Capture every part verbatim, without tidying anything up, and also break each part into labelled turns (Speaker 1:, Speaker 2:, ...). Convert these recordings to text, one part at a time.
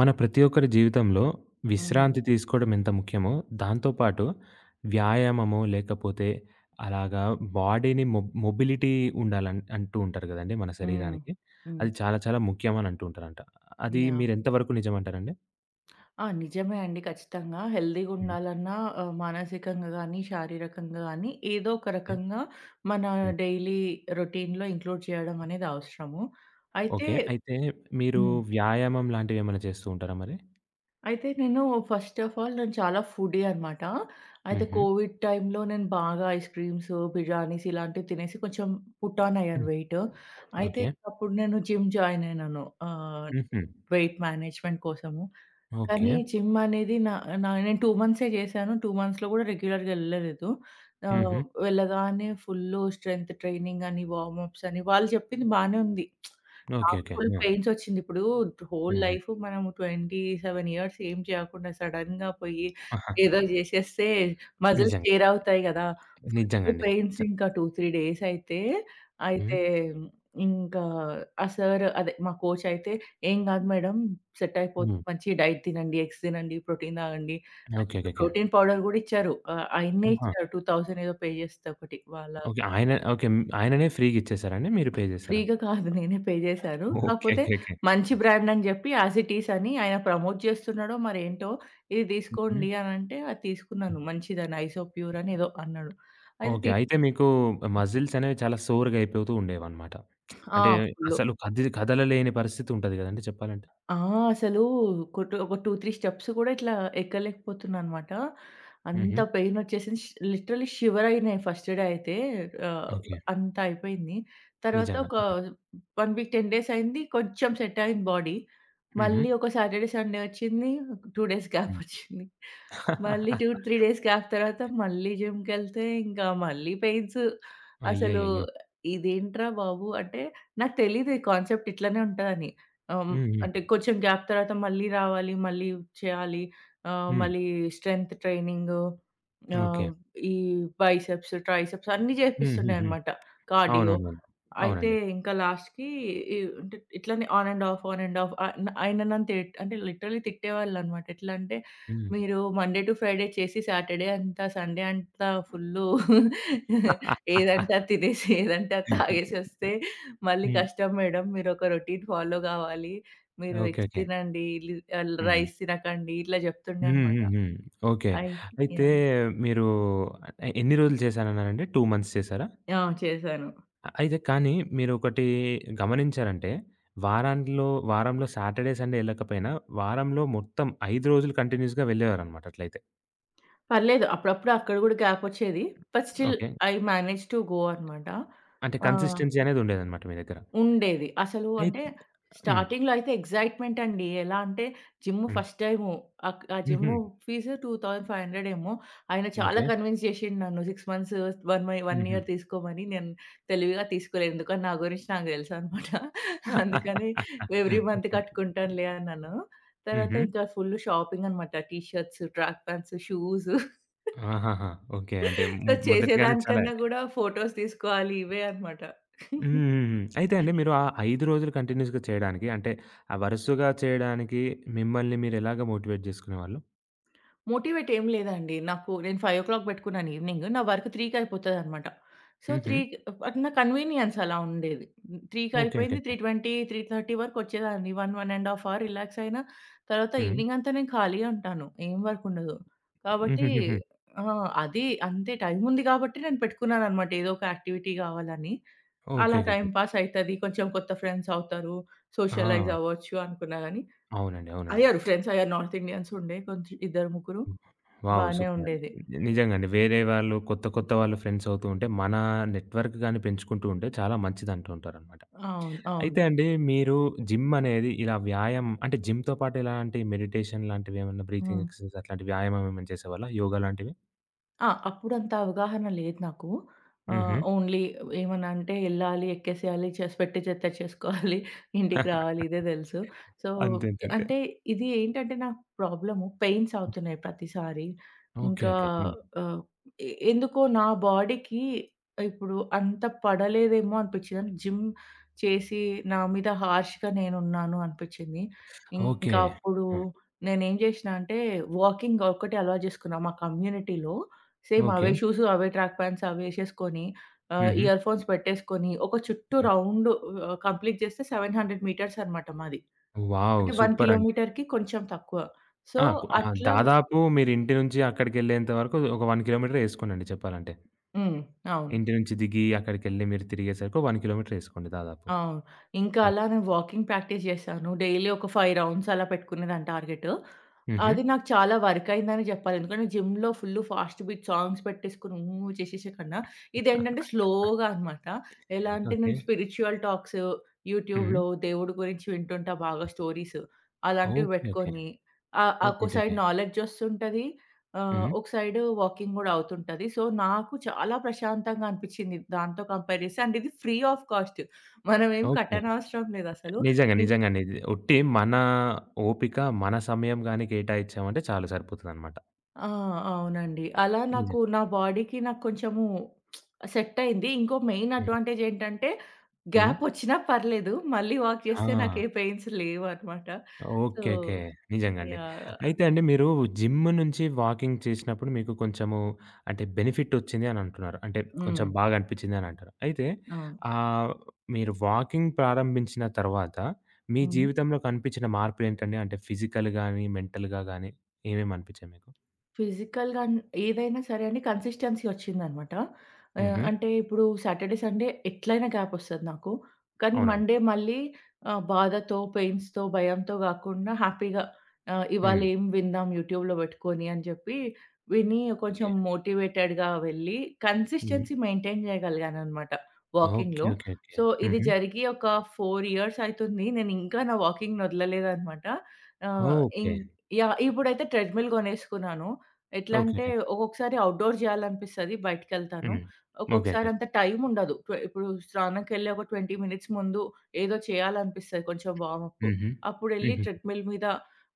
Speaker 1: మన ప్రతి ఒక్కరి జీవితంలో
Speaker 2: హ్మ్.
Speaker 1: విశ్రాంతి హ్మ్. తీసుకోవడం ఎంత ముఖ్యమో, దాంతో పాటు వ్యాయామము లేకపోతే అలాగా బాడీని మొబ్ మొబిలిటీ ఉండాలని అంటూ ఉంటారు గదండీ మన
Speaker 2: హ్మ్.
Speaker 1: శరీరానికి.
Speaker 2: హ్మ్.
Speaker 1: అది చాలా చాలా ముఖ్యమని అంటూ ఉంటారంట. అది
Speaker 2: యాహ్!
Speaker 1: మీరు ఎంత వరకు నిజమంటారండి?
Speaker 2: ఆ! నిజమే అండి. ఖచ్చితంగా
Speaker 1: హ్మ్.
Speaker 2: హెల్తీగుండాలన్నా ఆహ్, మానసికంగా గానీ, శారీరకంగా గానీ ఏదో ఒక
Speaker 1: ఓకే.
Speaker 2: రకంగా మన
Speaker 1: హ్మ్.
Speaker 2: డైలీ రొటీన్‌లో ఇంక్లూడ్ చేయడం అనేది అవసరము. అయితే
Speaker 1: ఓకే. అయితే మీరు
Speaker 2: హ్మ్.
Speaker 1: వ్యాయామం లాంటివి ఏమైనా చేస్తూ ఉంటారా మరి?
Speaker 2: అయితే నేను ఫస్ట్ ఆఫ్ ఆల్ నేను చాలా ఫుడీ అనమాట. అయితే
Speaker 1: హుహు.
Speaker 2: కోవిడ్ టైమ్‌లో నేను బాగా ఐస్ క్రీమ్స్, బిర్యానీస్ ఇలాంటివి తినేసి కొంచెం పుట్ ఆన్ అయ్యాను
Speaker 1: హ్మ్.
Speaker 2: వెయిట్. అయితే
Speaker 1: ఓకే.
Speaker 2: అప్పుడు నేను జిమ్ జాయిన్ అయినాను ఆహ్,
Speaker 1: హుహు.
Speaker 2: వెయిట్ మేనేజ్‌మెంట్ కోసము.
Speaker 1: ఓకే.
Speaker 2: కానీ జిమ్ అనేది నా నా నేను రెండు మంత్సే చేశాను. రెండు మంత్స్‌లో కూడా రెగ్యులర్‌గా ఎళ్ళలేదు.
Speaker 1: హుహు.
Speaker 2: ఆహ్, వెళ్ళగానే ఫుల్లు స్ట్రెంత్ ట్రైనింగ్ అని, వార్మప్స్ అని వాళ్ళు చెప్పింది బానే ఉంది.
Speaker 1: ఓకే.
Speaker 2: నాకు
Speaker 1: ఓకే.
Speaker 2: ఫుల్
Speaker 1: ఆ!
Speaker 2: పెయిన్స్ వచ్చింది. ఇప్పుడు హోల్
Speaker 1: హ్మ్.
Speaker 2: లైఫ్ మనం ఇరవై ఏడు ఇయర్స్ ఏం చేయకుండా సడెన్‌గా పోయి
Speaker 1: ఆహా!
Speaker 2: ఏదో చేసేస్తే మజిల్స్
Speaker 1: నిజంగా.
Speaker 2: టేర్ అవుతాయి కదా! ఫుల్
Speaker 1: నిజంగండి.
Speaker 2: పెయిన్స్
Speaker 1: చ
Speaker 2: ఇంకా రెండు, మూడు డేస్ అయితే,
Speaker 1: హ్మ్.
Speaker 2: అయితే ఇంకా ఆ సార్ అదే మా కోచ్ అయితే, "ఏం కాదు మేడం, సెట్ అయిపోద్ది.
Speaker 1: హ్మ్.
Speaker 2: మంచి డైట్ తినండి, ఎగ్స్ తినండి, ప్రోటీన్ తాగండి." అని
Speaker 1: ఓకే. ఓకే.
Speaker 2: చెప్పి
Speaker 1: ఓకే.
Speaker 2: ప్రోటీన్ పౌడర్ కూడా ఇచ్చారు. ఆహ్, ఆయన్నే
Speaker 1: ఆహా!
Speaker 2: ఇచ్చారు. రెండు వేలు ఏదో పే చేస్తే ఒకటి. వాళ్ళ
Speaker 1: ఓకే. ఆయన ఓకే. హ్మ్. ఆయననే ఫ్రీగిచ్చేసారండి? మీరు పే జేసారా?
Speaker 2: ఫ్రీగా కాదు నేనే పే చేశాను.
Speaker 1: ఓకే.
Speaker 2: కాకపోతే
Speaker 1: ఓకే. ఓకే.
Speaker 2: మంచి బ్రాండ్ అని చెప్పి యాస్ ఇట్ ఈస్ అని ఆయన ప్రమోట్ చేస్తున్నాడో మరేంటో ఇది
Speaker 1: హుహు.
Speaker 2: తీసుకోండి అనంటే అది తీసుకున్నాను. మంచిదని ఐసోప్యూర్ అని ఏదో అన్నాడు. అయితే
Speaker 1: ఓకే.
Speaker 2: తి
Speaker 1: అయితే మీకు మజిల్స్ అనేవి చాలా సోరుగయిపోతూ ఉండేవన్నమాట.
Speaker 2: ఆ!
Speaker 1: అంటే
Speaker 2: ఫుల్లు.
Speaker 1: అసలు కదిలి కదలలేని పరిస్థితి ఉంటది గదండీ చెప్పాలంటే.
Speaker 2: ఆ! అసలు కొట్ ఒక రెండు, మూడు స్టెప్స్ కూడా ఇట్లా ఎక్కలేకపోతున్నానన్నమాట.
Speaker 1: హుహు.
Speaker 2: అంత పెయినొచ్చేసింది. ష్ లిటరల్లీ షివరయినాయి ఫస్ట్ డే అయితే. ఆహ్,
Speaker 1: ఓకే.
Speaker 2: అంత అయిపోయింది. తర్వాత
Speaker 1: నిజంగా.
Speaker 2: ఒక 1 వీక్, పది డేస్ అయింది. కొంచెం సెట్ అయింది బాడీ.
Speaker 1: హుహు.
Speaker 2: మళ్ళీ ఒక సాటర్‌డే, సండే వచ్చింది. రెండు డేస్ గ్యాప్
Speaker 1: హ్మ్.
Speaker 2: వచ్చింది. మళ్ళీ రెండు, మూడు డేస్ గ్యాప్ తర్వాత మళ్ళీ జిమ్‌కెళ్తే ఇంకా మళ్ళీ పెయిన్స్. అసలు
Speaker 1: అయ్యయ్యయ్యో!
Speaker 2: ఇదేంట్రా బాబు! అంటే నాకు తెలీదు ఈ కాన్సెప్ట్ ఇట్లనే ఉంటదని. ఆహ్,
Speaker 1: హ్మ్. హ్మ్.
Speaker 2: అంటే కొంచెం గ్యాప్ తర్వాత మళ్ళీ రావాలి, మళ్ళీ చేయాలి. ఆహ్,
Speaker 1: హ్మ్.
Speaker 2: మళ్ళీ స్ట్రెంత్ ట్రైనింగు,
Speaker 1: ఓకే.
Speaker 2: ఆహ్, ఈ బైసెప్స్, ట్రైసెప్స్ అన్నీ
Speaker 1: హ్మ్. హ్మ్. హ్మ్.
Speaker 2: చేపిస్తుండేనమాట. కార్డియో.
Speaker 1: అవునవునవును.
Speaker 2: అయితే
Speaker 1: అవునండి.
Speaker 2: ఇంకా లాస్ట్‌కి ఇ అంటే ఇట్లనే on and off, on and off, ఆహ్, ఆయన నన్ను తిట్ అంటే లిటరల్లీ తిట్టేవాళ్ళనమాట. ఎట్లా అంటే,
Speaker 1: హ్మ్. హ్మ్.
Speaker 2: "మీరు మండే టు ఫ్రైడే చేసి సాటర్డే అంతా, సండే అంతా ఫుల్లు ఏదంటే అది తినేసి, ఏదంటే అది తాగేసి వస్తే మళ్ళీ కష్టం మేడం. మీరొక రొటీన్ ఫాలో కావాలి." మీరు
Speaker 1: ఓకే.
Speaker 2: Eggs
Speaker 1: okay.
Speaker 2: తినండి, లి ఆహ్,
Speaker 1: హ్మ్.
Speaker 2: రైస్ తినకండి ఇట్లా చెప్తుండే
Speaker 1: హ్మ్.
Speaker 2: అనమాట.
Speaker 1: హ్మ్. హ్మ్. ఓకే.
Speaker 2: అయి
Speaker 1: అయితే
Speaker 2: యాహ్!
Speaker 1: మీరు ఎ ఎన్ని రోజులు చేశారన్నారండి? రెండు మంత్స్ చేశారా?
Speaker 2: ఆ! చేశాను.
Speaker 1: అయితే కానీ మీరొకటి గమనించారంటే వారాంలో వారంలో సాటర్‌డే, సండే ఎళ్ళకపోయినా వారంలో మొత్తం ఐదు రోజులు కంటిన్యూస్‌గా వెళ్ళేవారనమాట అట్లయితే.
Speaker 2: పర్లేదు అప్పుడప్పుడు అక్కడ కూడా గ్యాపొచ్చేది. But still
Speaker 1: okay.
Speaker 2: I manage to go అనమాట.
Speaker 1: అంటే
Speaker 2: ఆ!
Speaker 1: కన్సిస్టెన్సీ అనేదుండేదనమాట మీ దగ్గర.
Speaker 2: ఉండేది. అసలు
Speaker 1: అయి
Speaker 2: అంటే
Speaker 1: హ్మ్.
Speaker 2: స్టార్టింగ్‌లో అయితే ఎక్సైట్‌మెంట్ అండి. ఎలా అంటే జిమ్
Speaker 1: హ్మ్.
Speaker 2: First time. ఆక్ ఆ జిమ్
Speaker 1: హుహు.
Speaker 2: ఫీజు రెండు వేల ఐదు వందలు ఏమో. ఆయన చాలా
Speaker 1: ఓకే.
Speaker 2: కన్విన్స్ చేసిండు నన్ను ఆరు మంత్స్, ఒక మై ఒక
Speaker 1: హుహు.
Speaker 2: ఇయర్ తీసుకోమని. నేను తెలివిగా తీసుకోలేదు. ఎందుకంటే నా గురించి నాకు తెలుసనమాట. అందుకని ఎవ్రీ మంత్
Speaker 1: ఓకే.
Speaker 2: కట్టుకుంటానులే అన్నాను. తర్వాత
Speaker 1: హుహు.
Speaker 2: ఇంకా ఫుల్ షాపింగ్ అనమాట. T shirts, track pants, shoes,
Speaker 1: ఆహాహా! ఓకే. అంటే మొ
Speaker 2: సో,
Speaker 1: మొదటిగానే చాలా
Speaker 2: చేసేదానికన్నా గూడా ఫోటోస్ తీసుకోవాలి ఇవే అనమాట.
Speaker 1: హ్మ్. హ్మ్. హ్మ్. అయితే అండి మీరు ఆ ఐదు రోజులు కంటిన్యూస్‌గా చేయడానికి అంటే ఆహ్, వరుసగా చేయడానికి మిమ్మల్ని మీరు ఎలాగా మోటివేట్ జేసుకునేవాళ్ళు?
Speaker 2: మోటివేట్ ఏం లేదండి. నాకు నేను ఐదు గంటలకి పెట్టుకున్నాను ఈవినింగ్. నా వర్క్ 3కి అయిపోతదనమాట. సో,
Speaker 1: హుహు.
Speaker 2: 3కి అంటే నా కన్వీనియన్స్ అలా ఉండేది. 3కి
Speaker 1: ఓకే. ఓకే.
Speaker 2: అయిపోయింది.
Speaker 1: ఓకే.
Speaker 2: మూడు ఇరవై, మూడు ముప్పై వరకు వచ్చేదాన్ని. ఒక, ఒకటిన్నర ½ అవర్ రిలాక్స్ అయినా. తర్వాత
Speaker 1: హ్మ్.
Speaker 2: ఈవినింగ్ అంతా నేను ఖాళీయే ఉంటాను. ఏం వర్క్ ఉండదు. కాబట్టి
Speaker 1: హుహుహుహు.
Speaker 2: ఆ! అది అంతే టైం ఉంది కాబట్టి నేను పెట్టుకున్నాననమాట. ఏదో ఒక యాక్టివిటీ కావాలని.
Speaker 1: ఓకే.
Speaker 2: అలా
Speaker 1: ఓకే. ఓకే.
Speaker 2: టైమ్ పాస్ అయితది. కొంచెం కొత్త ఫ్రెండ్స్ అవుతారు. సోషలైజ్
Speaker 1: ఆ!
Speaker 2: అవ్వచ్చు అనుకున్నా గానీ,
Speaker 1: అవునండి. అవునండి.
Speaker 2: అయ్యారు ఫ్రెండ్స్ అయ్యారు. నార్త్ ఇండియన్స్ ఉండే కొంచెం ఇద్దరు ముగ్గురు.
Speaker 1: హ్మ్. వావ్!
Speaker 2: బానే
Speaker 1: సూపర్ అండి.
Speaker 2: ఉండేది.
Speaker 1: నిజంగా అండి. వేరే వాళ్ళు కొత్త కొత్త వాళ్ళు ఫ్రెండ్స్ అవుతూ ఉంటే మన నెట్వర్క్ గాని పెంచుకుంటూ ఉంటే చాలా మంచిదంటూ ఉంటారనమాట.
Speaker 2: అవును. అవును.
Speaker 1: అయితే అండి మీరు జిమ్ అనేది ఇలా వ్యాయామం అంటే జిమ్‌తో పాటు ఎలాంటి మెడిటేషన్ లాంటివి ఏమన్నా బ్రీతింగ్
Speaker 2: హ్మ్.
Speaker 1: ఎక్సర్‌సైజ్ అట్లాంటి వ్యాయామం ఏమైనా చేసేవాళ్ళా? యోగా లాంటివి?
Speaker 2: ఆ! అప్పుడంత అవగాహన లేదు నాకు. ఆహ్,
Speaker 1: హుహు.
Speaker 2: ఓన్లీ ఏమన్నా అంటే ఎళ్ళాలి, ఎక్కేసేయాలి, చేసి పెట్టేది ఎత్తేచ్చేసుకోవాలి, ఇంటికి రావాలి ఇదే తెలుసు. సో,
Speaker 1: అంతే. అంతే. అంతే.
Speaker 2: అంటే ఇది ఏంటంటే నా ప్రాబ్లము పెయిన్స్
Speaker 1: హ్మ్.
Speaker 2: అవుతున్నాయి ప్రతిసారి.
Speaker 1: ఓకే.
Speaker 2: ఇంకా
Speaker 1: ఓకే. హ్మ్.
Speaker 2: ఆహ్, ఎ ఎందుకో నా బాడీకి ఇప్పుడు అంత పడలేదేమో అనిపించింది. అంటే జిమ్ చేసి నా మీద హార్ష్‌గా నేనున్నాను అనిపించింది.
Speaker 1: ఓకే.
Speaker 2: ఇంకా అప్పుడు
Speaker 1: ఆ!
Speaker 2: నేనేం చేసినా అంటే వాకింగ్ ఒక్కటే అలవాటు చేసుకున్నా మా కమ్యూనిటీలో. Same
Speaker 1: okay.
Speaker 2: అవే షూస్, అవే ట్రాక్ ప్యాంట్స్ అవేసేసుకొని ఆహ్,
Speaker 1: హుహు.
Speaker 2: ఇయర్ ఫోన్స్ పెట్టేసుకొని ఒక చుట్టూ
Speaker 1: హ్మ్.
Speaker 2: రౌండ్ ఆహ్, కంప్లీట్ చేస్తే ఏడు వందల మీటర్స్ అనమాట మాది.
Speaker 1: వావ్!
Speaker 2: అంటే ఒక
Speaker 1: సూపర్ అండి.
Speaker 2: కిలోమీటర్‌కి కొంచెం తక్కువ. సో,
Speaker 1: ఆ! కు ఆ!
Speaker 2: అట్లా
Speaker 1: దాదాపు మీరు ఇంటి నుంచి అక్కడికెళ్ళేంత వరకు ఒక 1 కిలోమీటర్ ఏసుకోనండి చెప్పాలంటే.
Speaker 2: హ్మ్. అవును.
Speaker 1: ఇంటి నుంచి దిగి అక్కడికెళ్ళి మీరు తిరిగేసరికి ఒక కిలోమీటర్ ఏసుకోండి దాదాపు.
Speaker 2: అవును. ఇంకా
Speaker 1: ఓకే.
Speaker 2: అలానే వాకింగ్ ప్రాక్టీస్ చేశాను. డైలీ ఒక ఐదు రౌండ్స్ అలా పెట్టుకునేదాన్ని టార్గెట్.
Speaker 1: హుహు.
Speaker 2: అది నాకు చాలా వర్క్ అయిందని జెప్పాలి. ఎందుకంటే జిమ్‌లో ఫుల్ ఫాస్ట్ బీట్ సాంగ్స్ పెట్టేసుకొని ఊ చేసేసే కన్నా, ఇదేంటంటే స్లోగా అనమాట. ఎలా అంటే
Speaker 1: ఓకే.
Speaker 2: నేను స్పిరిచ్యువల్ టాక్స్
Speaker 1: హ్మ్.
Speaker 2: యూట్యూబ్‌లో దేవుడి గురించి వింటుంటా బాగా స్టోరీస్. అలాంటివి
Speaker 1: ఓకే. ఓకే.
Speaker 2: పెట్టుకొని ఆహ్,
Speaker 1: ఓకే.
Speaker 2: ఒక సైడ్
Speaker 1: ఓకే.
Speaker 2: నాలెడ్జ్ వస్తుంటది. ఆహ్,
Speaker 1: హ్మ్.
Speaker 2: ఒక సైడ్ వాకింగ్ గూడా అవుతుంటది. సో, నాకు చాలా ప్రశాంతంగా అనిపిచ్చింది దాంతో కంపేర్ చేస్తే. అండ్ ఇది ఫ్రీ ఆఫ్ కాస్ట్. మనమేం
Speaker 1: ఓకే.
Speaker 2: కట్టనవసరం లేదసలు.
Speaker 1: నిజంగా.
Speaker 2: ఇం
Speaker 1: నిజంగా అండి. ఇది ఉట్టి మన ఓపిక, మన సమయం గాని కేటాయించామంటే చాలు సరిపోతదనమాట.
Speaker 2: ఆ! అవునండి. అలా నాకు
Speaker 1: నిజంగా.
Speaker 2: నా బాడీకి నాకు కొంచెము సెట్టయింది. ఇంకో మెయిన్
Speaker 1: హ్మ్.
Speaker 2: అడ్వాంటేజ్ ఏంటంటే,
Speaker 1: హ్మ్.
Speaker 2: గ్యాపొచ్చినా పర్లేదు. మళ్ళీ వాక్
Speaker 1: ఆ!
Speaker 2: చేస్తే నాకే పెయిన్స్ లేవనమాట. So,
Speaker 1: okay. ఓకే. నిజంగా అండి.
Speaker 2: యాహ్!
Speaker 1: అయితే అండి మీరు జిమ్ నుంచి వాకింగ్ చేసినప్పుడు మీకు కొంచెము అంటే బెనిఫిట్ ఒచ్చింది అని అంటున్నారు. అంటే కొంచెం
Speaker 2: హ్మ్.
Speaker 1: బాగా అనిపించింది అని అంటారు. అయితే
Speaker 2: అవును.
Speaker 1: ఆహ్, మీరు వాకింగ్ ప్రారంభించిన తర్వాత మీ
Speaker 2: హ్మ్.
Speaker 1: జీవితంలో కనిపించిన మార్పులేంటండి? అంటే ఫిజికల్ గాని, మెంటల్‌గా గాని ఏమేమి అనిపించాయి మీకు?
Speaker 2: ఫిజికల్‌గా అన్ ఏదైనా సరే అండి కన్సిస్టెన్సీ వచ్చిందనమాట. ఆహ్,
Speaker 1: హుహు.
Speaker 2: అంటే ఇప్పుడు సాటర్‌డే, సండే ఎట్లైనా గ్యాపొస్తది నాకు. కానీ
Speaker 1: అవునండి.
Speaker 2: మండే మళ్ళీ ఆహ్, బాధతో, పెయిన్స్‌తో, భయంతో గాకుండా హ్యాపీగా, ఆహ్, ఇవాళ
Speaker 1: హ్మ్.
Speaker 2: ఏం విందాం యూట్యూబ్‌లో పెట్టుకొని అని జెప్పి విని
Speaker 1: ఓకే.
Speaker 2: కొంచెం మోటివేటెడ్‌గా వెళ్ళి
Speaker 1: హ్మ్.
Speaker 2: కన్సిస్టెన్సీ మెయింటైన్ జేయగలిగాననమాట
Speaker 1: ఓకే.
Speaker 2: వాకింగ్‌లో.
Speaker 1: ఓకే. ఓకే.
Speaker 2: సో, ఇది
Speaker 1: హుహు.
Speaker 2: జరిగి ఒక నాలుగు ఇయర్స్ అయితుంది. నేనింకా నా వాకింగ్‌నొదలలేదనమాట. ఆహ్, ఇం
Speaker 1: ఓకే.
Speaker 2: యాహ్! ఇప్పుడైతే ట్రెడ్‌మిల్ గొనేసుకున్నాను. ఎట్లా
Speaker 1: ఓకే.
Speaker 2: అంటే
Speaker 1: ఓకే.
Speaker 2: ఒక్కొక్కసారి అవుట్‌డోర్ చేయాలనిపిస్తది బయటికెళ్తాను.
Speaker 1: హ్మ్. ఓకే.
Speaker 2: ఒక్కొక్కసారి
Speaker 1: ఓకే.
Speaker 2: అంత టైమ్ ఉండదు. ట్వె ఇప్పుడు స్నానంకెళ్ళి ఒక ఇరవై మినిట్స్ ముందు ఏదో చేయాలనిపిస్తది కొంచెం వార్మప్.
Speaker 1: హుహు.
Speaker 2: అప్పుడెళ్లి
Speaker 1: హుహు.
Speaker 2: ట్రెడ్‌మిల్ మీద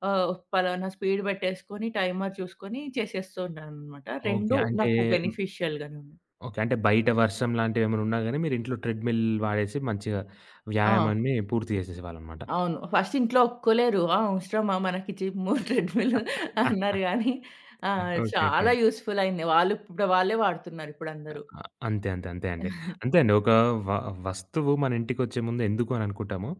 Speaker 2: ఆహ్, పలానా స్పీడ్ పెట్టేసుకొని, టైమర్ చూసుకొని చేసేస్తూ ఉంటాననమాట.
Speaker 1: ఓకే.
Speaker 2: రెండు
Speaker 1: అంటే
Speaker 2: నాకు బెనిఫిషియల్‌గానే ఉన్నాయి.
Speaker 1: ఓకే. అంటే బయట వర్షం లాంటివేమైనా ఉన్నా గాని మీరు ఇంట్లో ట్రెడ్‌మిల్ వాడేసి మంచిగా
Speaker 2: ఆ!
Speaker 1: వ్యాయామాన్ని పూర్తి చేసేసేవాళ్ళనమాట.
Speaker 2: అవును. ఫస్ట్ ఇంట్లో ఒప్పుకోలేరు. "ఆ! అవసరమా మనకి జిమ్ము, ట్రెడ్‌మిల్" అన్నారు గానీ, ఆ!
Speaker 1: ఓకే. ఓకే.
Speaker 2: చాలా యూజ్‌ఫుల్ అయింది. వాళ్ళు ఇప్పుడు వాళ్ళే వాడుతున్నారు ఇప్పుడందరూ.
Speaker 1: అ అంతే. అంతే. అంతే అండి. అంతే అండి. ఒక వ వస్తువు మన ఇంటికొచ్చే ముందు ఎందుకు అని అనుకుంటాము.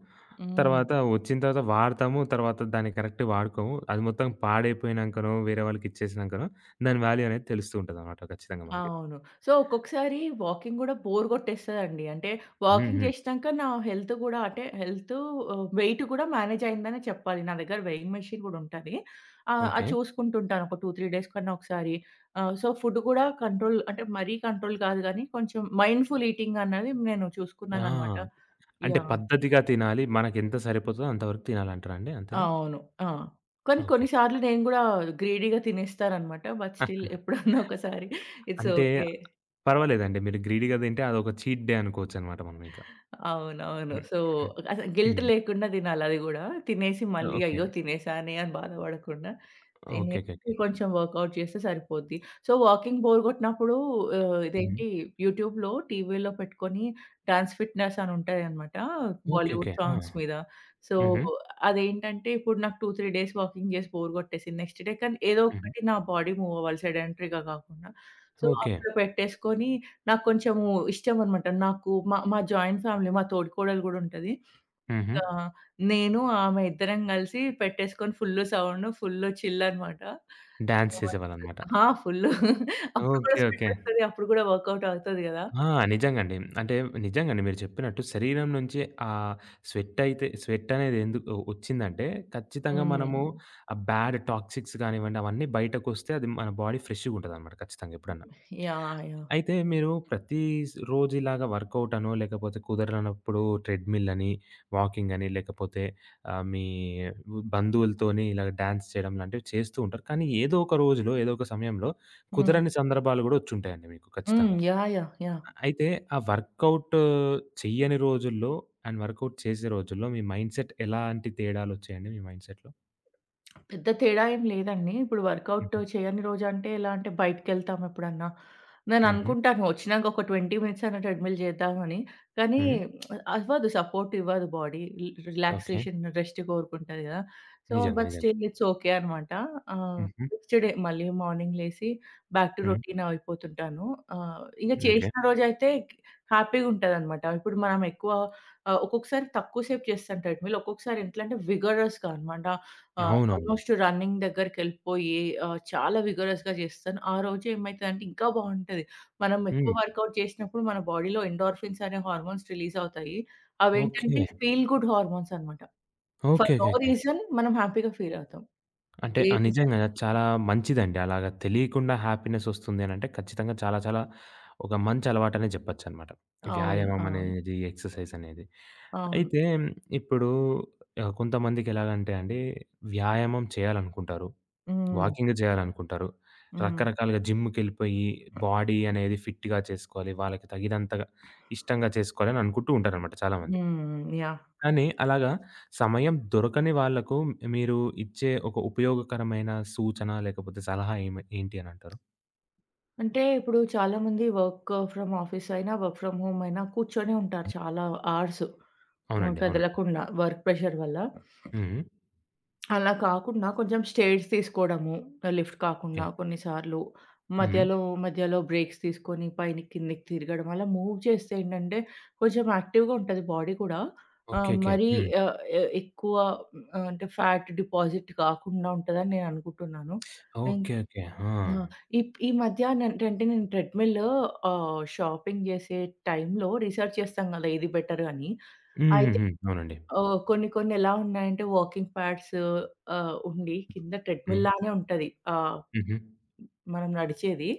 Speaker 2: హ్మ్.
Speaker 1: తర్వాత వచ్చిన తర్వాత వాడతాము. తర్వాత దాన్ని కరెక్ట్ వాడుకోము. అది మొత్తం పాడైపోయినంకనో, వేరే వాళ్ళకిచ్చేసినంకనో దాని వాల్యూ అనేది తెలుస్తూ ఉంటదనమాట ఖచ్చితంగా మనకి.
Speaker 2: అవును. సో, ఒక్కొక్కసారి వాకింగ్ గూడా బోర్ గొట్టేస్తదండి. అంటే,
Speaker 1: హ్మ్.
Speaker 2: వాకింగ్
Speaker 1: హ్మ్.
Speaker 2: చేసినాక నా హెల్త్ గూడా అంటే, హెల్త్ ఆహ్, వెయిట్ గూడా మేనేజ్ అయిందనే చెప్పాలి. నా దగ్గర వెయింగ్ మెషిన్ గూడా ఉంటది. ఆహ్,
Speaker 1: ఓకే.
Speaker 2: అది చూసుకుంటుంటాను ఒక రెండు, మూడు డేస్ కన్నా ఒకసారి. ఆహ్, సో, ఫుడ్ గూడా కంట్రోల్ అంటే, మరీ కంట్రోల్ కాదు గానీ, కొంచెం మైండ్‌ఫుల్ ఈటింగ్ అన్నది నేను చూసుకున్నాననమాట.
Speaker 1: ఆ! అంటే
Speaker 2: యాహ్!
Speaker 1: పద్ధతిగా తినాలి. మనకెంత సరిపోతదో అంతవరకు తినాలంటారా అండి? అంతేనా?
Speaker 2: అవును. ఆ! కానీ
Speaker 1: ఓకే.
Speaker 2: కొన్ని సార్లు నేను గూడా గ్రీడీగా తినేస్తాననమాట. బట్ స్టిల్ ఎప్పుడన్నా ఒకసారి ఇట్స్
Speaker 1: అంటే
Speaker 2: ఓకే.
Speaker 1: పర్వాలేదండి. మీరు గ్రీడీగా తింటే అదొక చీట్ డే అనుకోవచ్చనమాట మనమింక.
Speaker 2: అవునవును.
Speaker 1: హ్మ్.
Speaker 2: సో, అసలు గిల్ట్
Speaker 1: హ్మ్.
Speaker 2: లేకుండా తినాలి అది గూడా. తినేసి మళ్ళీ
Speaker 1: ఓకే.
Speaker 2: అయ్యో! తినేసానే అని బాధపడకుండా, తినేసి
Speaker 1: ఓకేకేకే.
Speaker 2: కొంచెం వర్కౌట్ చేస్తే సరిపోద్ది. సో, వాకింగ్ బోర్ కొట్టినప్పుడు ఆహ్,
Speaker 1: హ్మ్.
Speaker 2: ఇదేంటి యూట్యూబ్‌లో, టీవీలో పెట్టుకొని డాన్స్ ఫిట్‌నెస్ అని ఉంటాయన్నమాట.
Speaker 1: ఓకే. ఓకే.
Speaker 2: బాలీవుడ్
Speaker 1: ఆ!
Speaker 2: సాంగ్స్ మీద. సో,
Speaker 1: హుహు.
Speaker 2: అదేంటంటే ఇప్పుడు నాకు రెండు, మూడు డేస్ వాకింగ్ చేసి బోర్ కొట్టేసింది. నెక్స్ట్ డే కానీ ఏదో
Speaker 1: హుహు.
Speaker 2: ఒకటి నా బాడీ మూవ్ అవ్వాలి సెడెంటరీగా కాకుండా. So,
Speaker 1: okay.
Speaker 2: అట్లా పెట్టేసుకొని నాకు కొంచెము ఇష్టమనమాట. నాకు మా మా జాయింట్ ఫ్యామిలీ. మా తోడికోడలు గూడా ఉంటది.
Speaker 1: హుహు.
Speaker 2: ఆ! నేను, ఆమె ఇద్దరం గలిసి పెట్టేసుకొని ఫుల్లు సౌండ్, ఫుల్లు చిల్ అనమాట.
Speaker 1: డాన్స్
Speaker 2: మస్తు
Speaker 1: చేసేవాళ్ళనమాట.
Speaker 2: ఆ! ఫుల్లు. అప్పుడు కూడా
Speaker 1: ఓకే. ఓకే.
Speaker 2: స్వెటొస్తది. అప్పుడు గూడా వర్కౌట్ అవుతది గదా!
Speaker 1: ఆ! నిజంగండి. అంటే నిజంగండి మీరు చెప్పినట్టు శరీరం నుంచి ఆ స్వెట్టయితే స్వెట్టనేది ఎందుకు ఒచ్చిందంటే ఖచ్చితంగా
Speaker 2: హ్మ్.
Speaker 1: మనము ఆ బ్యాడ్ టాక్సిక్స్ గానివ్వండి అవన్నీ బయటకొస్తే అది మన బాడీ ఫ్రెష్‌గుంటదనమాట ఖచ్చితంగా ఎప్పుడన్నా.
Speaker 2: యాహ్! యాహ్!
Speaker 1: అయితే మీరు ప్రతి స్ రోజు ఇలాగా వర్కౌట్ అనో, లేకపోతే కుదరనప్పుడు ట్రెడ్‌మిల్ అని, వాకింగ్ అని, లేకపోతే ఆహ్, మీ బంధువులతోని ఇలాగ డాన్స్ చేయడం లాంటివి చేస్తూ ఉంటారు. కానీ ఏదో ఒక రోజులో, ఏదో ఒక సమయంలో
Speaker 2: హ్మ్.
Speaker 1: కుదరని సందర్భాలు గూడా వచ్చుంటాయండి మీకు
Speaker 2: హ్మ్.
Speaker 1: ఖచ్చితంగా.
Speaker 2: యాహ్! యాహ్! యాహ్!
Speaker 1: అయితే ఆ వర్కౌట్ చెయ్యని రోజుల్లో అండ్ వర్కౌట్ చేసే రోజుల్లో మీ మైండ్‌సెట్ ఎలాంటి తేడాలొచ్చాయండి మీ మైండ్‌సెట్‌లో?
Speaker 2: పెద్ద తేడా ఏం లేదండి. ఇప్పుడు వర్కౌట్
Speaker 1: హుహు.
Speaker 2: చేయని రోజంటే ఎలా అంటే బయటికెళ్తాం ఎప్పుడన్నా.
Speaker 1: హుహు.
Speaker 2: నేననుకుంటాను వచ్చినాక ఒక ఇరవై మినిట్స్ అన్న ట్రెడ్‌మిల్ చేద్దామని. కానీ
Speaker 1: హ్మ్.
Speaker 2: అవ్వదు సపోర్ట్ ఇవ్వదు బాడీ. రి
Speaker 1: ఓకే.
Speaker 2: రిలాక్సేషన్, రెస్ట్ కోరుకుంటది కదా! సో,
Speaker 1: నిజంగా.
Speaker 2: బట్
Speaker 1: నిజంగా.
Speaker 2: స్టిల్ ఇట్స్ ఓకే అనమాట. ఆహ్,
Speaker 1: హుహు.
Speaker 2: నెక్స్ట్ డే మళ్ళీ మార్నింగ్ లేసి బ్యాక్ టు
Speaker 1: హ్మ్.
Speaker 2: రొటీన్ అయిపోతుంటాను. ఆహ్, ఇక
Speaker 1: ఓకే.
Speaker 2: చేసిన రోజైతే హ్యాపీగుంటదనమాట. ఇప్పుడు మనం ఎక్కువ ఆహ్, ఒక్కొక్కసారి తక్కువ సేపు చేస్తాను ట్రెడ్‌మిల్. ఒక్కొక్కసారి ఎట్లంటే విగరస్‌గా అనమాట. ఆ!
Speaker 1: అవునవును.
Speaker 2: ఆల్మోస్ట్ రన్నింగ్ దగ్గరికెళ్ళిపోయి ఆహ్, చాలా విగరస్‌గా చేస్తాను. ఆ రోజు ఏమైతదంటే ఇంకా బావుంటది. మనం
Speaker 1: హ్మ్.
Speaker 2: ఎక్కువ వర్కౌట్ చేసినప్పుడు మన బాడీలో ఎండార్ఫిన్స్ అనే హార్మోన్స్ రిలీజ్ అవుతాయి.
Speaker 1: ఓకే.
Speaker 2: అవేంటంటే ఫీల్ గుడ్ హార్మోన్స్ అన్నమాట. For
Speaker 1: okay.
Speaker 2: No
Speaker 1: okay. Okay.
Speaker 2: Reason మనం హ్యాపీగా ఫీల్ అవుతాం.
Speaker 1: అంటే
Speaker 2: ఏ
Speaker 1: ఆ!
Speaker 2: రీజన్
Speaker 1: నిజంగా చాలా మంచిదండి. అలాగా తెలియకుండా హ్యాపీనెస్ వస్తుంది అనంటే ఖచ్చితంగా చాలా చాలా ఒక మంచి అలవాటనే జెప్పొచ్చనమాట.
Speaker 2: అవును.
Speaker 1: వ్యాయామం
Speaker 2: అవును.
Speaker 1: అనేది, ఎక్సర్సైజ్ అనేది.
Speaker 2: అవును.
Speaker 1: అయితే ఇప్పుడు ఆహ్, కొంతమందికి ఎలాగంటే అండి వ్యాయామం చేయాలనుకుంటారు.
Speaker 2: హ్మ్.
Speaker 1: వాకింగ్ జేయాలనుకుంటారు.
Speaker 2: హ్మ్.
Speaker 1: రకరకాలుగా జిమ్‌కెళ్ళిపోయి బాడీ అనేది ఫిట్‌గా చేసుకోవాలి. వాళ్ళకి తగినంతగా ఇష్టంగా చేసుకోవాలని అనుకుంటూ ఉంటారనమాట చాలామంది.
Speaker 2: హ్మ్. యాహ్!
Speaker 1: కానీ అలాగా సమయం దొరకని వాళ్ళకు మీరు ఇచ్చే ఒక ఉపయోగకరమైన సూచన లేకపోతే సలహా ఏమి ఏంటి అని అంటారు?
Speaker 2: అంటే ఇప్పుడు చాలామంది వర్క్ ఫ్రమ్ ఆఫీస్ అయినా, వర్క్ ఫ్రమ్ హోమ్ అయినా కూర్చొనే ఉంటారు చాలా అవర్స్. ఆహ్,
Speaker 1: అవునండి. అవునండి.
Speaker 2: కదలకుండా వర్క్ ప్రెషర్ వల్ల.
Speaker 1: హ్మ్.
Speaker 2: అలా కాకుండా కొంచెం స్టేట్స్ తీసుకోవడము. Lift
Speaker 1: okay.
Speaker 2: కాకుండా కొన్నిసార్లు
Speaker 1: హ్మ్.
Speaker 2: మధ్యలో, మధ్యలో బ్రేక్స్ తీసుకొని పైన కిందకి తిరగడం అలా మూవ్ చేస్తే ఏంటంటే కొంచెం యాక్టివ్‌గా ఉంటది బాడీ కూడా.
Speaker 1: ఓకే.
Speaker 2: ఆహ్,
Speaker 1: ఓకే.
Speaker 2: మరీ
Speaker 1: హ్మ్.
Speaker 2: ఆహ్, ఎ ఎక్కువ ఆహ్, అంటే ఫ్యాట్ డిపాజిట్ కాకుండా ఉంటదని నేను అనుకుంటున్నాను. ఇంక్
Speaker 1: ఓకే. ఓకే. ఆ!
Speaker 2: ఆ! ఇప్ ఈ మధ్య నేంటంటే నేను ట్రెడ్‌మిల్ ఆహ్, షాపింగ్ చేసే టైంలో రిసర్చ్ చేస్తాం కదా! ఏది బెటర్ అని.
Speaker 1: హుహుహు. అవునండి.
Speaker 2: ఓహ్! కొన్ని కొన్ని ఎలా ఉన్నాయంటే వాకింగ్ ప్యాడ్స్ ఆహ్, ఉండి కింద ట్రెడ్‌మిల్
Speaker 1: హ్మ్.
Speaker 2: లానే ఉంటది. ఆహ్,
Speaker 1: హుహు.
Speaker 2: మనం నడిచేది.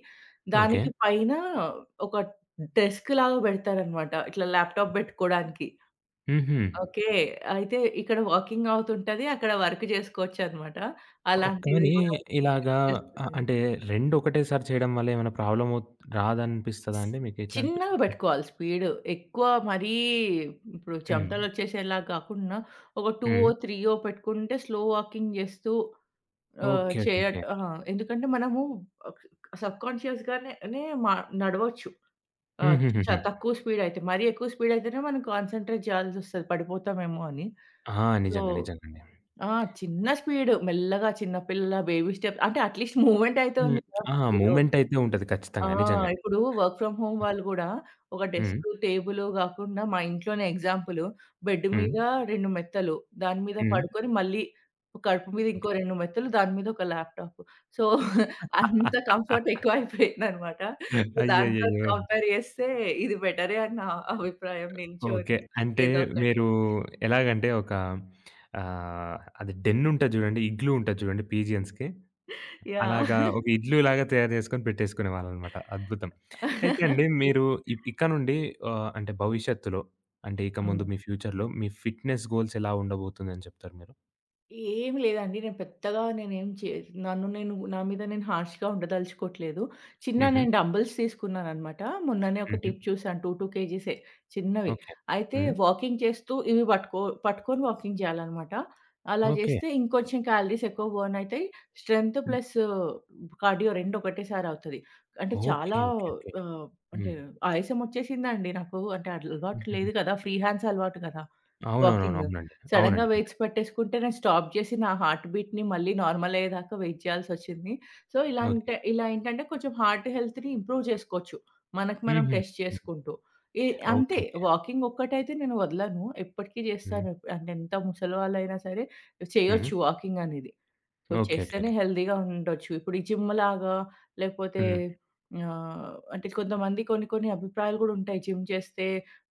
Speaker 1: ఓకే.
Speaker 2: దానికి పైన ఒక డెస్క్ లాగా పెడతారనమాట. ఇట్లా ల్యాప్‌టాప్ పెట్టుకోవడానికి.
Speaker 1: హుహు.
Speaker 2: ఓకే. అయితే ఇక్కడ వాకింగ్ అవుతుంటది. అక్కడ వర్క్ చేసుకోవచ్చనమాట.
Speaker 1: ఓహ్!
Speaker 2: అలాంటిది
Speaker 1: కానీ
Speaker 2: కూడా ఉంది.
Speaker 1: ఇలాగా
Speaker 2: ఫిక్స్
Speaker 1: అ
Speaker 2: చేసుకునేది.
Speaker 1: అంటే రెండు ఒకటేసారి చేయడం వల్ల ఏమైనా ప్రాబ్లమ్ ఒత్ రాదనిపిస్తదా అండి? మీకు ఎట్లా అనిపి
Speaker 2: చిన్నగా
Speaker 1: ఎట్లా
Speaker 2: పెట్టుకోవాలి స్పీడ్. ఎక్కువ మరీ ఇప్పుడు
Speaker 1: హ్మ్.
Speaker 2: చెమటలొచ్చేసేలా కాకుండా ఒక 2ఓ,
Speaker 1: హ్మ్.
Speaker 2: 3ఓ పెట్టుకుంటే స్లో వాకింగ్ చేస్తూ ఆహ్,
Speaker 1: ఓకే. ఓకే. ఓకే.
Speaker 2: చేయట్ అహా! ఎందుకంటే మనము ఆహ్, సబ్‌కాన్షియస్‌గానే నే మా నడవచ్చు. ఆహ్, చ
Speaker 1: హుహుహుహు.
Speaker 2: తక్కువ స్పీడ్ అయితే. మరీ ఎక్కువ స్పీడ్ అయితేనే మనం కాన్సంట్రేట్ చేయాల్సొస్తది పడిపోతామేమో అని.
Speaker 1: ఆ!
Speaker 2: సో,
Speaker 1: నిజంగా. నిజంగండి.
Speaker 2: ఆ! చిన్న స్పీడ్ మెల్లగా చిన్న పిల్ల బేబీ స్టెప్ అంటే అట్‌లీస్ట్ మూవ్‌మెంట్ అయితే
Speaker 1: హ్మ్.
Speaker 2: ఉంది కదా!
Speaker 1: ఆ!
Speaker 2: బాడీలో.
Speaker 1: మూవ్‌మెంట్ అయితే ఉంటది
Speaker 2: ఆ!
Speaker 1: ఖచ్చితంగా. నిజంగండి.
Speaker 2: ఇప్పుడు వర్క్ ఫ్రమ్ హోమ్ వాళ్ళు గూడా ఒక
Speaker 1: హ్మ్.
Speaker 2: డెస్క్, టేబుల్ గాకుండా మా ఇంట్లోనే ఎగ్జాంపుల్ బెడ్
Speaker 1: హ్మ్.
Speaker 2: మీద రెండు మెత్తలు, దాని మీద
Speaker 1: హ్మ్.
Speaker 2: పడుకొని మళ్ళీ కడుపు మీద ఇంకో
Speaker 1: ఓకే.
Speaker 2: రెండు మెత్తలు, దాని మీద ఒక ల్యాప్‌టాప్. సో, అంత కంఫర్ట్ ఎక్కువైపోయిందనమాట. సో, దాంతో
Speaker 1: అయ్యయ్యయ్యో!
Speaker 2: కంపేర్ చేస్తే ఇది బెటరే అని నా అభిప్రాయం
Speaker 1: ఓకే.
Speaker 2: నిల్చొని
Speaker 1: అంటే
Speaker 2: ఏదో ఒకటి.
Speaker 1: మీరు ఎలాగంటే ఒక ఆహ్, అది డెన్ ఉంటది చూడండి. ఇగ్లూ ఉంటది చూడండి పీజియన్స్‌కి. అలాగా
Speaker 2: యాహ్!
Speaker 1: ఒక ఇగ్లూలాగా తయారు చేసుకొని పెట్టేసుకునేవాళ్ళనమాట. అద్భుతం. అయితే అండి మీరు ఇ ఇక నుండి ఆహ్, అంటే భవిష్యత్తులో అంటే ఇక ముందు
Speaker 2: హ్మ్.
Speaker 1: మీ ఫ్యూచర్‌లో మీ ఫిట్‌నెస్ గోల్స్ ఎలా ఉండబోతుందని చెప్తారు మీరు?
Speaker 2: ఏమి లేదండి. నేను పెద్దగా నేనేం చే నన్ను నేను నా మీద నేను హార్ష్‌గా ఉండదలుచుకోవట్లేదు. చిన్న
Speaker 1: హుహు.
Speaker 2: నేను డంబెల్స్ తీసుకున్నాననమాట. మొన్ననే ఒక
Speaker 1: హుహు.
Speaker 2: టిప్ చూసాను రెండు, రెండు కేజీసే చిన్నవి.
Speaker 1: ఓకే.
Speaker 2: అయితే
Speaker 1: హ్మ్.
Speaker 2: వాకింగ్ చేస్తూ ఇవి పట్టుకో పట్టుకొని వాకింగ్ చేయాలనమాట. అలా
Speaker 1: ఓకే.
Speaker 2: చేస్తే ఇంకొంచెం క్యాలరీస్ ఎక్కువ బర్న్ అయితాయి. స్ట్రెంత్ ప్లస్ కార్డియో రెండు ఒకటేసారి అవుతది. అంటే
Speaker 1: ఓకే.
Speaker 2: చాలా
Speaker 1: ఓకే. ఓకే.
Speaker 2: ఆహ్, అంటే
Speaker 1: హ్మ్.
Speaker 2: ఆయాసం వచ్చేసిందండి నాకు. అంటే అలవాటు లేదు
Speaker 1: హుహుహు.
Speaker 2: కదా! ఫ్రీ హ్యాండ్స్ అలవాటు కదా!
Speaker 1: అవునవునవును.
Speaker 2: వాకింగ్.
Speaker 1: అవునండి.
Speaker 2: సడెన్‌గా
Speaker 1: అవునండి.
Speaker 2: వెయిట్స్ పట్టేసుకుంటే నేను స్టాప్ జేసి నా హార్ట్ బీట్‌ని మళ్ళీ నార్మల్ అయ్యేదాకా వెయిట్ చేయాల్సొచ్చింది. సో, ఇలా
Speaker 1: ఓకే.
Speaker 2: అంటే ఇలా ఏంటంటే కొంచెం హార్ట్ హెల్త్‌ని ఇంప్రూవ్ చేసుకోవచ్చు. మనకు మనం
Speaker 1: హుహు.
Speaker 2: టెస్ట్ చేసుకుంటూ. ఈ అంతే
Speaker 1: ఓకే. ఓకే.
Speaker 2: వాకింగ్ ఒక్కటైతే నేను వదలను. ఎప్పటికీ
Speaker 1: హ్మ్.
Speaker 2: చేస్తాను. అంటే ఎంత ముసలివాళ్ళైనా సరే
Speaker 1: హ్మ్.
Speaker 2: చేయొచ్చు వాకింగ్ అనేది. So,
Speaker 1: okay. ఓకే.
Speaker 2: చేస్తేనే
Speaker 1: ఓకే.
Speaker 2: హెల్తీగా ఉండొచ్చు. ఇప్పుడు ఈ జిమ్‌లాగా లేకపోతే
Speaker 1: హ్మ్.
Speaker 2: ఆహ్, అంటే కొంతమంది కొన్ని కొన్ని అభిప్రాయాలు గూడా ఉంటాయి. జిమ్ చేస్తే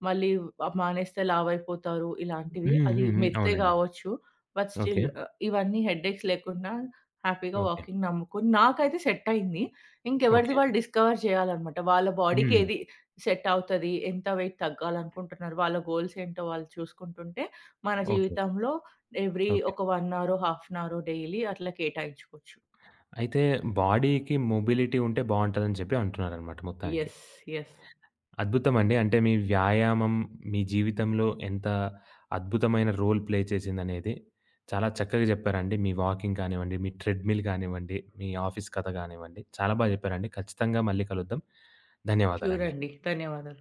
Speaker 2: మళ్ళీ ఆహ్, మానేస్తే లావైపోతారు ఇలాంటివి.
Speaker 1: హ్మ్.
Speaker 2: అది
Speaker 1: హ్మ్. హ్మ్.
Speaker 2: మిత్తే
Speaker 1: అవునండి.
Speaker 2: గావచ్చు. But
Speaker 1: okay.
Speaker 2: స్టిల్ ఆహ్, ఇవన్నీ హెడ్‌ఏక్స్ లేకుండా హ్యాపీగా
Speaker 1: ఓకే.
Speaker 2: వాకింగ్ నమ్ముకొని నాకైతే సెట్ అయింది. ఇంకెవరిది
Speaker 1: ఓకే.
Speaker 2: వాళ్ళు డిస్కవర్ చేయాలన్నమాట. వాళ్ళ బాడీకి
Speaker 1: హ్మ్.
Speaker 2: ఏది సెట్ అవుతది, ఎంత వెయిట్ తగ్గాలనుకుంటున్నారు, వాళ్ళ గోల్స్ ఏంటో వాళ్ళు చూసుకుంటుంటే మన
Speaker 1: ఓకే.
Speaker 2: జీవితంలో ఎవ్రీ
Speaker 1: ఓకే.
Speaker 2: ఒక 1 అవరో, హాఫ్ అన్ అవరో డైలీ అట్లా కేటాయించుకోవచ్చు.
Speaker 1: అయితే బాడీకి మొబిలిటీ ఉంటే బావుంటదని చెప్పి అంటున్నారనమాట మొత్తానికి.
Speaker 2: యెస్. యెస్.
Speaker 1: అద్భుతమండి. అంటే మీ వ్యాయామం మీ జీవితంలో ఎంత అద్భుతమైన రోల్ ప్లే చేసిందనేది చాలా చక్కగా చెప్పారండి. మీ వాకింగ్ కానివ్వండి, మీ ట్రెడ్‌మిల్ కానివ్వండి, మీ ఆఫీస్ కథ కానివ్వండి, చాలా బాగా చెప్పారండి. ఖచ్చితంగా మళ్ళీ కలుద్దాం.
Speaker 2: ష్యూర్
Speaker 1: ధన్యవాదాలండి.
Speaker 2: అండి. ధన్యవాదాలు.